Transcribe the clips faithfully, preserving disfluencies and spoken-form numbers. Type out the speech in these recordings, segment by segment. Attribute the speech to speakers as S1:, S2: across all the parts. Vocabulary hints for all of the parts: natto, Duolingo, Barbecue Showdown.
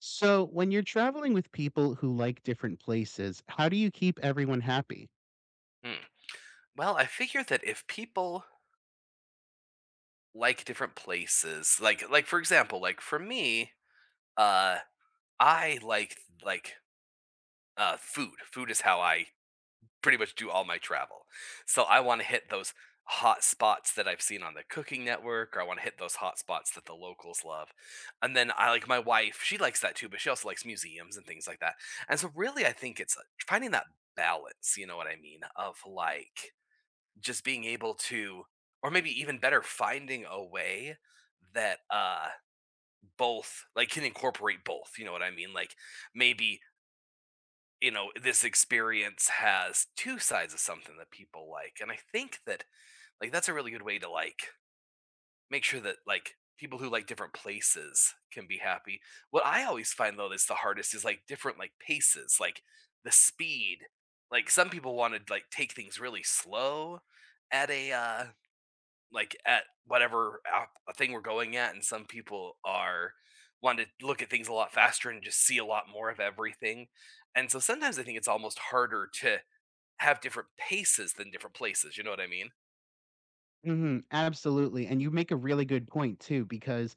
S1: So, when you're traveling with people who like different places, how do you keep everyone happy?
S2: Mm. Well, I figure that if people like different places, like like for example, like for me, uh, I like like uh, food. Food is how I pretty much do all my travel. So I want to hit those hot spots that I've seen on the Cooking Network, or I want to hit those hot spots that the locals love. And then I like my wife; she likes that too, but she also likes museums and things like that. And so, really, I think it's uh, finding that balance. You know what I mean? Of like just being able to, or maybe even better, finding a way that uh both like can incorporate both. You know what I mean? Like maybe, you know this experience has two sides of something that people like, and I think that, like, that's a really good way to, like, make sure that like people who like different places can be happy. What I always find though is the hardest is like different, like, paces, like the speed. Like some people want to like take things really slow at a, uh like at whatever app a thing we're going at, and some people are want to look at things a lot faster and just see a lot more of everything. And so sometimes I think it's almost harder to have different paces than different places. You know what I mean?
S1: Mhm, absolutely, and you make a really good point too because,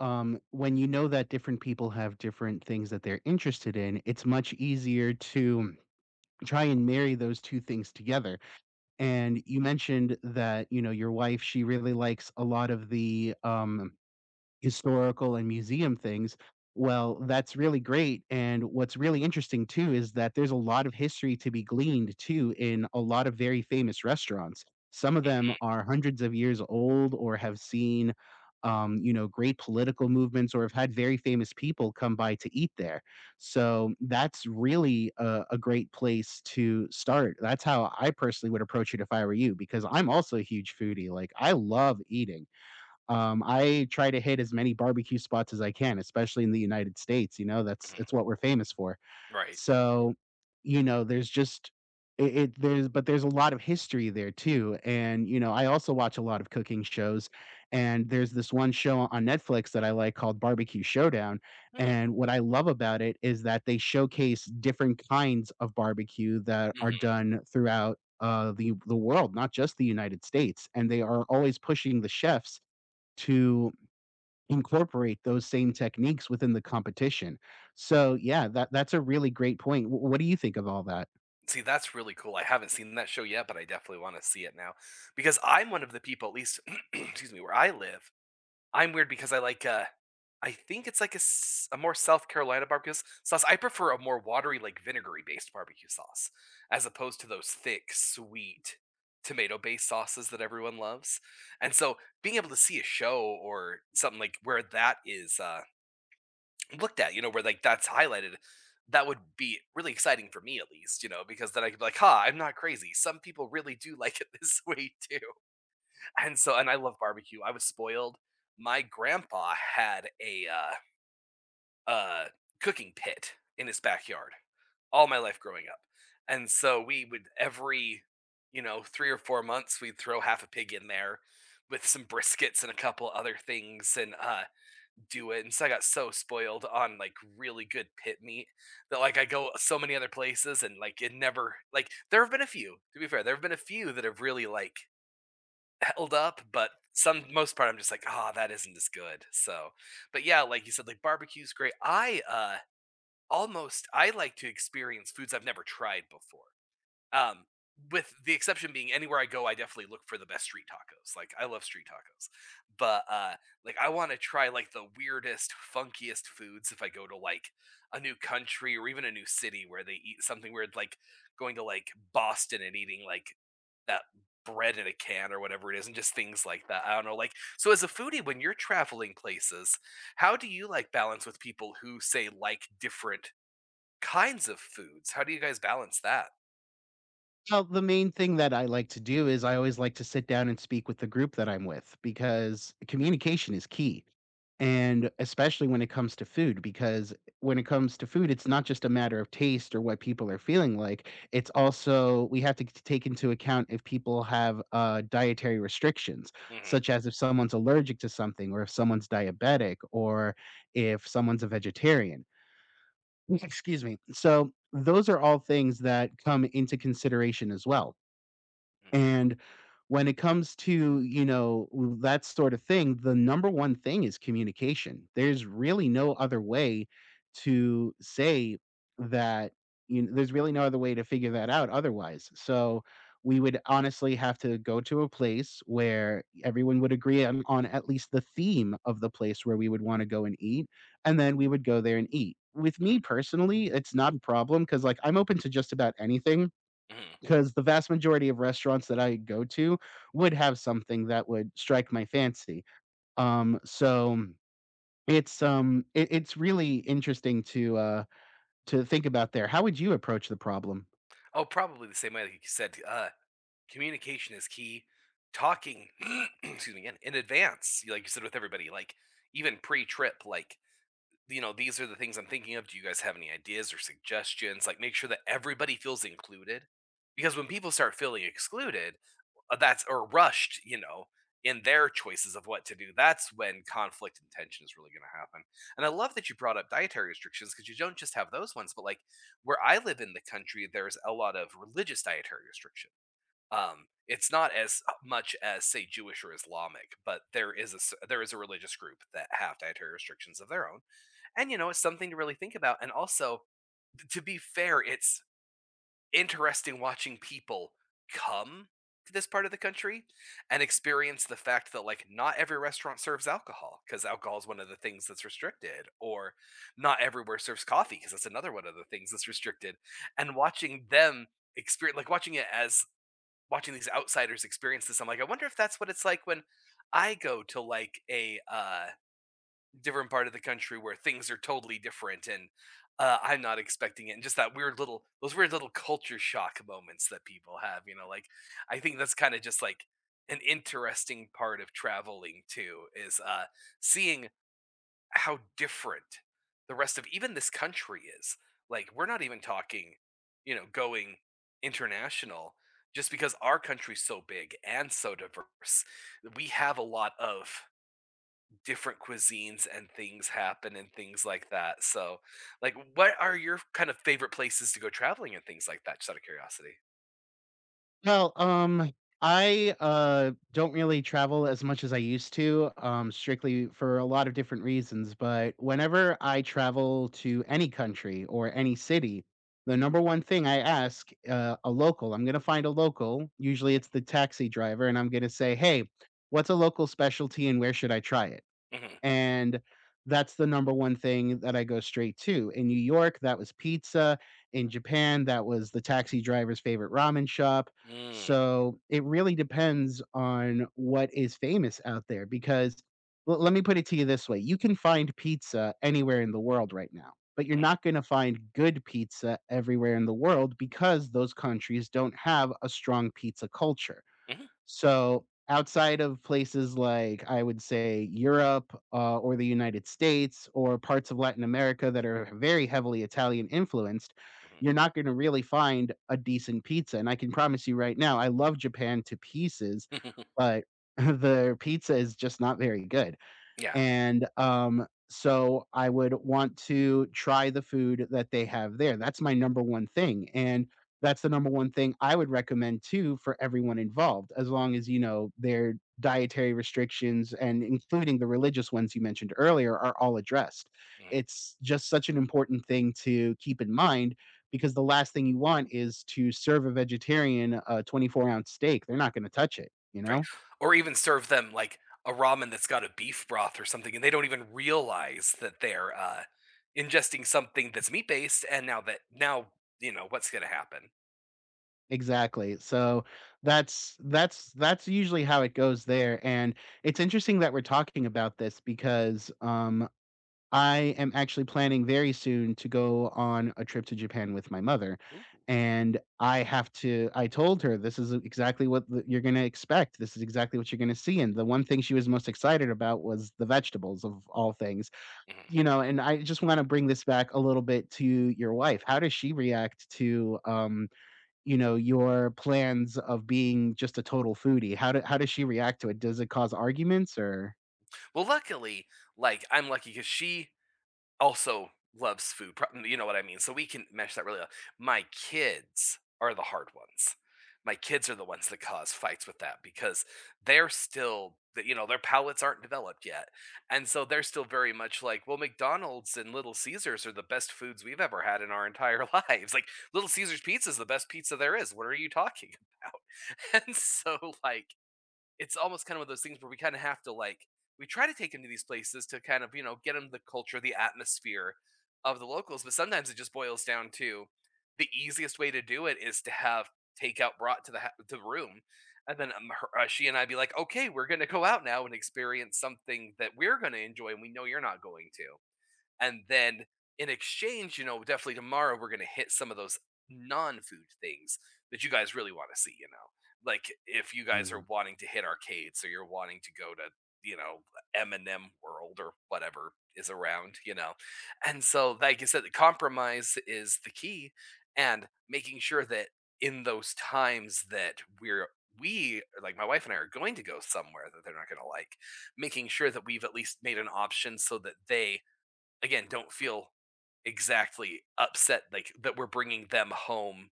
S1: um, when you know that different people have different things that they're interested in, it's much easier to try and marry those two things together, and you mentioned that, you know, your wife, she really likes a lot of the, um historical and museum things. Well, that's really great, and what's really interesting too is that there's a lot of history to be gleaned too in a lot of very famous restaurants. Some of them
S2: Mhm,
S1: are hundreds of years old or have seen, um, you know, great political movements or have had very famous people come by to eat there. So that's really a a great place to start. That's how I personally would approach it if I were you, because I'm also a huge foodie. Like, I love eating. Um, I try to hit as many barbecue spots as I can, especially in the United States. You know, that's
S2: mhm.
S1: it's what we're famous for.
S2: Right.
S1: So, you know, there's just it, it there's but there's a lot of history there too. And, you know, I also watch a lot of cooking shows, and there's this one show on Netflix that I like called Barbecue Showdown.
S2: Mm,
S1: And what I love about it is that they showcase different kinds of barbecue that are
S2: mhm.
S1: done throughout uh, the the world, not just the United States, and they are always pushing the chefs to incorporate those same techniques within the competition. So, yeah, that that's a really great point. Wh what do you think of all that?
S2: See, that's really cool. I haven't seen that show yet, but I definitely want to see it now because I'm one of the people, at least, excuse me, where I live. I'm weird because I like, uh, I think it's like a, s- a more South Carolina barbecue s- sauce. I prefer a more watery, like vinegary based barbecue sauce, as opposed to those thick, sweet tomato based sauces that everyone loves. And so being able to see a show or something like where that is uh, looked at, you know, where like that's highlighted, that would be really exciting for me at least, you know, because then I could be like, ha, I'm not crazy. Some people really do like it this way too. And so and I love barbecue. I was spoiled. My grandpa had a uh, uh, cooking pit in his backyard all my life growing up, and so we would every, you know three or four months, we'd throw half a pig in there with some briskets and a couple other things and uh do it. And so I got so spoiled on like really good pit meat that like I go so many other places and like it never, like, there have been a few, to be fair, there have been a few that have really like held up, but some most part I'm just like, "Ah, that isn't as good." So, but yeah, like you said, like barbecue's great. I, uh, almost I like to experience foods I've never tried before. Um, with the exception being anywhere I go, I definitely look for the best street tacos. Like I love street tacos, but uh, like I want to try like the weirdest, funkiest foods if I go to like a new country or even a new city where they eat something weird. Like going to like Boston and eating like that bread in a can or whatever it is, and just things like that. I don't know. Like so, as a foodie, when you're traveling places, how do you like balance with people who say like different kinds of foods? How do you guys balance that?
S1: Well, the main thing that I like to do is I always like to sit down and speak with the group that I'm with, because communication is key. And especially when it comes to food, because when it comes to food, it's not just a matter of taste or what people are feeling like. It's also, we have to t- take into account if people have uh, dietary restrictions,
S2: Hmm.
S1: such as if someone's allergic to something, or if someone's diabetic, or if someone's a vegetarian. Excuse me. So, those are all things that come into consideration as well. And when it comes to, you know, that sort of thing, the number one thing is communication. There's really no other way to say that. You know, there's really no other way to figure that out otherwise. So we would honestly have to go to a place where everyone would agree on, on at least the theme of the place where we would want to go and eat. And then we would go there and eat. With
S2: Mhm,
S1: me personally, it's not a problem, because, like, I'm open to just about anything,
S2: mhm.
S1: because the vast majority of restaurants that I go to would have something that would strike my fancy. Um, so it's um, it, it's really interesting to uh, to think about there. How would you approach the problem?
S2: Oh, probably the same way that you said, uh, communication is key. Talking, excuse me again, in advance, you- like you said with everybody, like even pre-trip, like, you know, these are the things I'm thinking of. Do you guys have any ideas or suggestions? Like, make sure that everybody feels included, because when people start feeling excluded, uh, that's or rushed, you know, in their choices of what to do. That's when conflict and tension is really going to happen. And I love that you brought up dietary restrictions because you don't just have those ones, but like where I live in the country, there's a lot of religious dietary restriction. Um, it's not as much as say Jewish or Islamic, but there is a s- there is a religious group that have dietary restrictions of their own, and you know it's something to really think about. And also, t- to be fair, it's interesting watching people come to this part of the country and experience the fact that like not every restaurant serves alcohol because alcohol is one of the things that's restricted, or not everywhere serves coffee because that's another one of the things that's restricted, and watching them experience, like watching it, as watching these outsiders experience this, I'm like, I wonder if that's what it's like when I go to like a uh different part of the country where things are totally different. And uh, I'm not expecting it. And just that weird little, those weird little culture shock moments that people have, you know, like I think that's kind of just like an interesting part of traveling too, is uh, seeing how different the rest of even this country is. Like, we're not even talking, you know, going international just because our country's so big and so diverse. We have a lot of different cuisines and things happen and things like that. So, like, what are your kind of favorite places to go traveling and things like that? Just out of curiosity.
S1: Well, um, I, uh, don't really travel as much as I used to, um, strictly for a lot of different reasons, but whenever I travel to any country or any city, the number one thing I ask, uh, a local, I'm gonna find a local, usually it's the taxi driver, and I'm gonna say, "Hey, what's a local specialty and where should I try it?"
S2: Mhm,
S1: And that's the number one thing that I go straight to. In New York, that was pizza.
S2: mhm,
S1: In Japan, that was the taxi driver's favorite ramen shop.
S2: mm,
S1: So it really depends on what is famous out there, because l- let me put it to you this way. You can find pizza anywhere in the world right now, but you're not going to find good pizza everywhere in the world, because those countries don't have a strong pizza culture.
S2: mhm,
S1: So, outside of places like, I would say, Europe, uh, or the United States, or parts of Latin America that are very heavily Italian influenced,
S2: mhm,
S1: you're not gonna really find a decent pizza, and I can promise you right now, I love Japan to pieces,
S2: mhm.
S1: but the pizza is just not very good.
S2: Yeah,
S1: And, um, so I would want to try the food that they have there. That's my number one thing, and that's the number one thing I would recommend too for everyone involved, as long as, you know, their dietary restrictions, and including the religious ones you mentioned earlier, are all addressed.
S2: mhm,
S1: It's just such an important thing to keep in mind, because the last thing you want is to serve a vegetarian a twenty-four ounce steak. They're not gonna touch it, you
S2: right.
S1: know?
S2: Or even serve them like a ramen that's got a beef broth or something, and they don't even realize that they're uh, ingesting something that's meat based. And now that now you know what's going to happen.
S1: Exactly. So that's that's that's usually how it goes there. And it's interesting that we're talking about this, because um I am actually planning very soon to go on a trip to Japan with my mother.
S2: Ooh.
S1: And I have to I told her this is exactly what th- you're going to expect. This is exactly what you're going to see. And the one thing she was most excited about was the vegetables of all things.
S2: Mhm.
S1: You know, and I just want to bring this back a little bit to your wife. How does she react to um you know, your plans of being just a total foodie? How do how does she react to it? Does it cause arguments or
S2: Well, luckily, like I'm lucky because she also loves food, prob you know what I mean? So we can mesh that really well. My kids are the hard ones. My kids are the ones that cause fights with that because they're still th you know, their palates aren't developed yet, and so they're still very much like, "Well, McDonald's and Little Caesars are the best foods we've ever had in our entire lives." Like, "Little Caesars pizza is the best pizza there is. What are you talking about?" And so, like, it's almost kind of one of those things where we kind of have to, like, we try to take him to these places to kind of you know get him the culture, the atmosphere of the locals, but sometimes it just boils down to the easiest way to do it is to have takeout brought to the ha- to the room. And then um, her, uh, she and I be like, okay, we're going to go out now and experience something that we're going to enjoy and we know you're not going to. And then in exchange, you know, definitely tomorrow we're gonna hit some of those non-food things that you guys really want to see, you know. Like if you guys are
S1: Mhm.
S2: wanting to hit arcades or you're wanting to go to, you know, M and M World or whatever is around, you know. And so like I said, the compromise is the key and making sure that in those times that we're we, like, my wife and I are going to go somewhere that they're not going to like, making sure that we've at least made an option so that they again don't feel exactly upset like that we're bringing them home,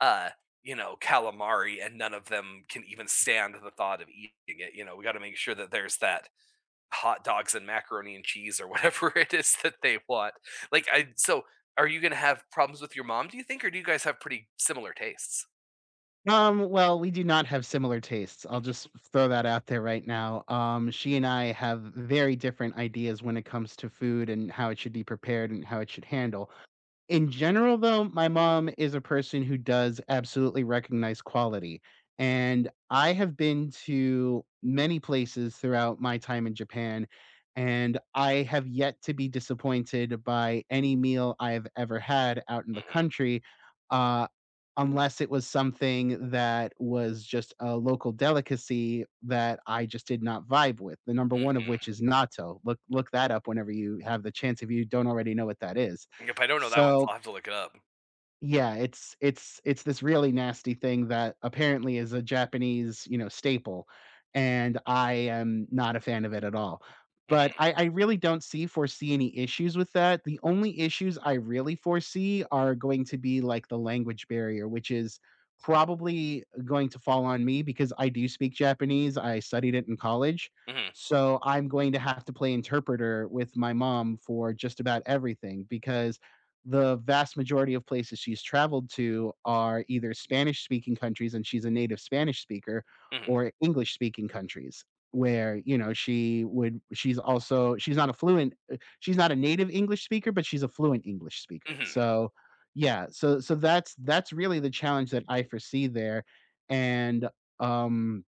S2: uh you know calamari, and none of them can even stand the thought of eating it you know we got to make sure that there's that, hot dogs and macaroni and cheese or whatever it is that they want. Like i so are you going to have problems with your mom, do you think, or do you guys have pretty similar tastes?
S1: Um, well, we do not have similar tastes. I'll just throw that out there right now. Um, she and I have very different ideas when it comes to food and how it should be prepared and how it should handle. In general though, my mom is a person who does absolutely recognize quality,
S2: Mhm,
S1: and I have been to many places throughout my time in Japan, and I have yet to be disappointed by any meal I have ever had out in the
S2: mhm,
S1: country. uh, unless it was something that was just a local delicacy that I just did not vibe with, the number one of
S2: mhm.
S1: which is natto. Look look that up whenever you have the chance, if you don't already know what that is.
S2: If I don't know that one, so
S1: So
S2: I'll have to look it up.
S1: yeah, it's it's it's this really nasty thing that apparently is a Japanese, you know, staple, and I am not a fan of it at all. But
S2: Mhm,
S1: I I really don't see foresee any issues with that. The only issues I really foresee are going to be, like, the language barrier, which is probably going to fall on me because I do speak Japanese, I studied it in college,
S2: mhm,
S1: so I'm going to have to play interpreter with my mom for just about everything, because the vast majority of places she's traveled to are either Spanish-speaking countries, and she's a native Spanish speaker,
S2: mhm,
S1: or English-speaking countries where, you know, she would she's also she's not a fluent uh, she's not a native English speaker, but she's a fluent English speaker.
S2: mhm,
S1: So, yeah, so so that's that's really the challenge that I foresee there, and, um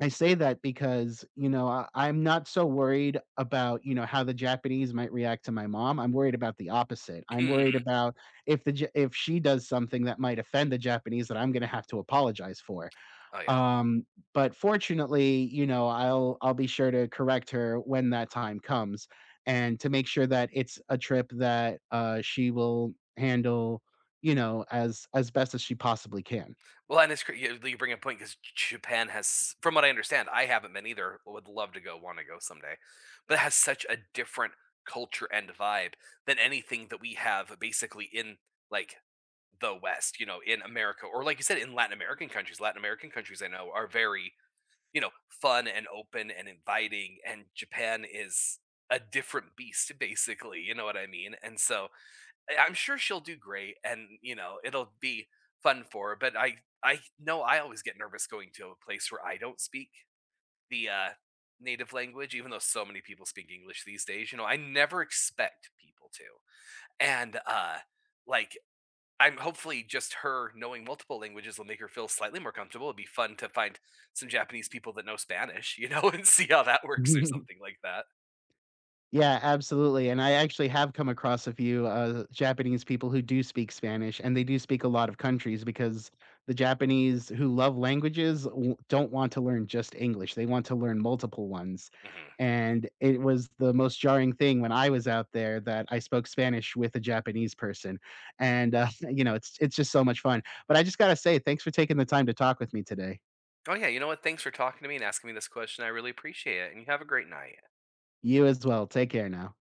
S1: I say that because, you know, I I'm not so worried about, you know, how the Japanese might react to my mom. I'm worried about the opposite. I'm
S2: mhm,
S1: worried
S2: mhm.
S1: about if the Ja if she does something that might offend the Japanese that I'm gonna have to apologize for.
S2: Oh yeah.
S1: Um, but fortunately, you know, I'll I'll be sure to correct her when that time comes, and to make sure that it's a trip that, uh, she will handle, you know, as as best as she possibly can.
S2: Well, and it's cra you you bring a point because Japan has, from what I understand, I haven't been either, would love to go, wanna go someday, but it has such a different culture and vibe than anything that we have basically in, like, the West, you know, in America or like you said, in Latin American countries. Latin American countries I know are very, you know, fun and open and inviting, and Japan is a different beast, basically, you know what I mean? And so, I- I'm sure she'll do great, and you know it'll be fun for her. But I I know I always get nervous going to a place where I don't speak the uh, native language, even though so many people speak English these days. You know, I never expect people to, and uh, like I'm hopefully just her knowing multiple languages will make her feel slightly more comfortable. It'd be fun to find some Japanese people that know Spanish, you know, and see how that works or something like that.
S1: Yeah, absolutely, and I actually have come across a few, uh, Japanese people who do speak Spanish, and they do speak a lot of countries, because the Japanese who love languages w don't want to learn just English, they want to learn multiple ones,
S2: Hmm.
S1: and it was the most jarring thing when I was out there that I spoke Spanish with a Japanese person, and, uh, you know, it's it's just so much fun, but I just gotta say, thanks for taking the time to talk with me today.
S2: Oh yeah, you know what? Thanks for talking to me and asking me this question. I really appreciate it, and you have a great night.
S1: You as well, take care now.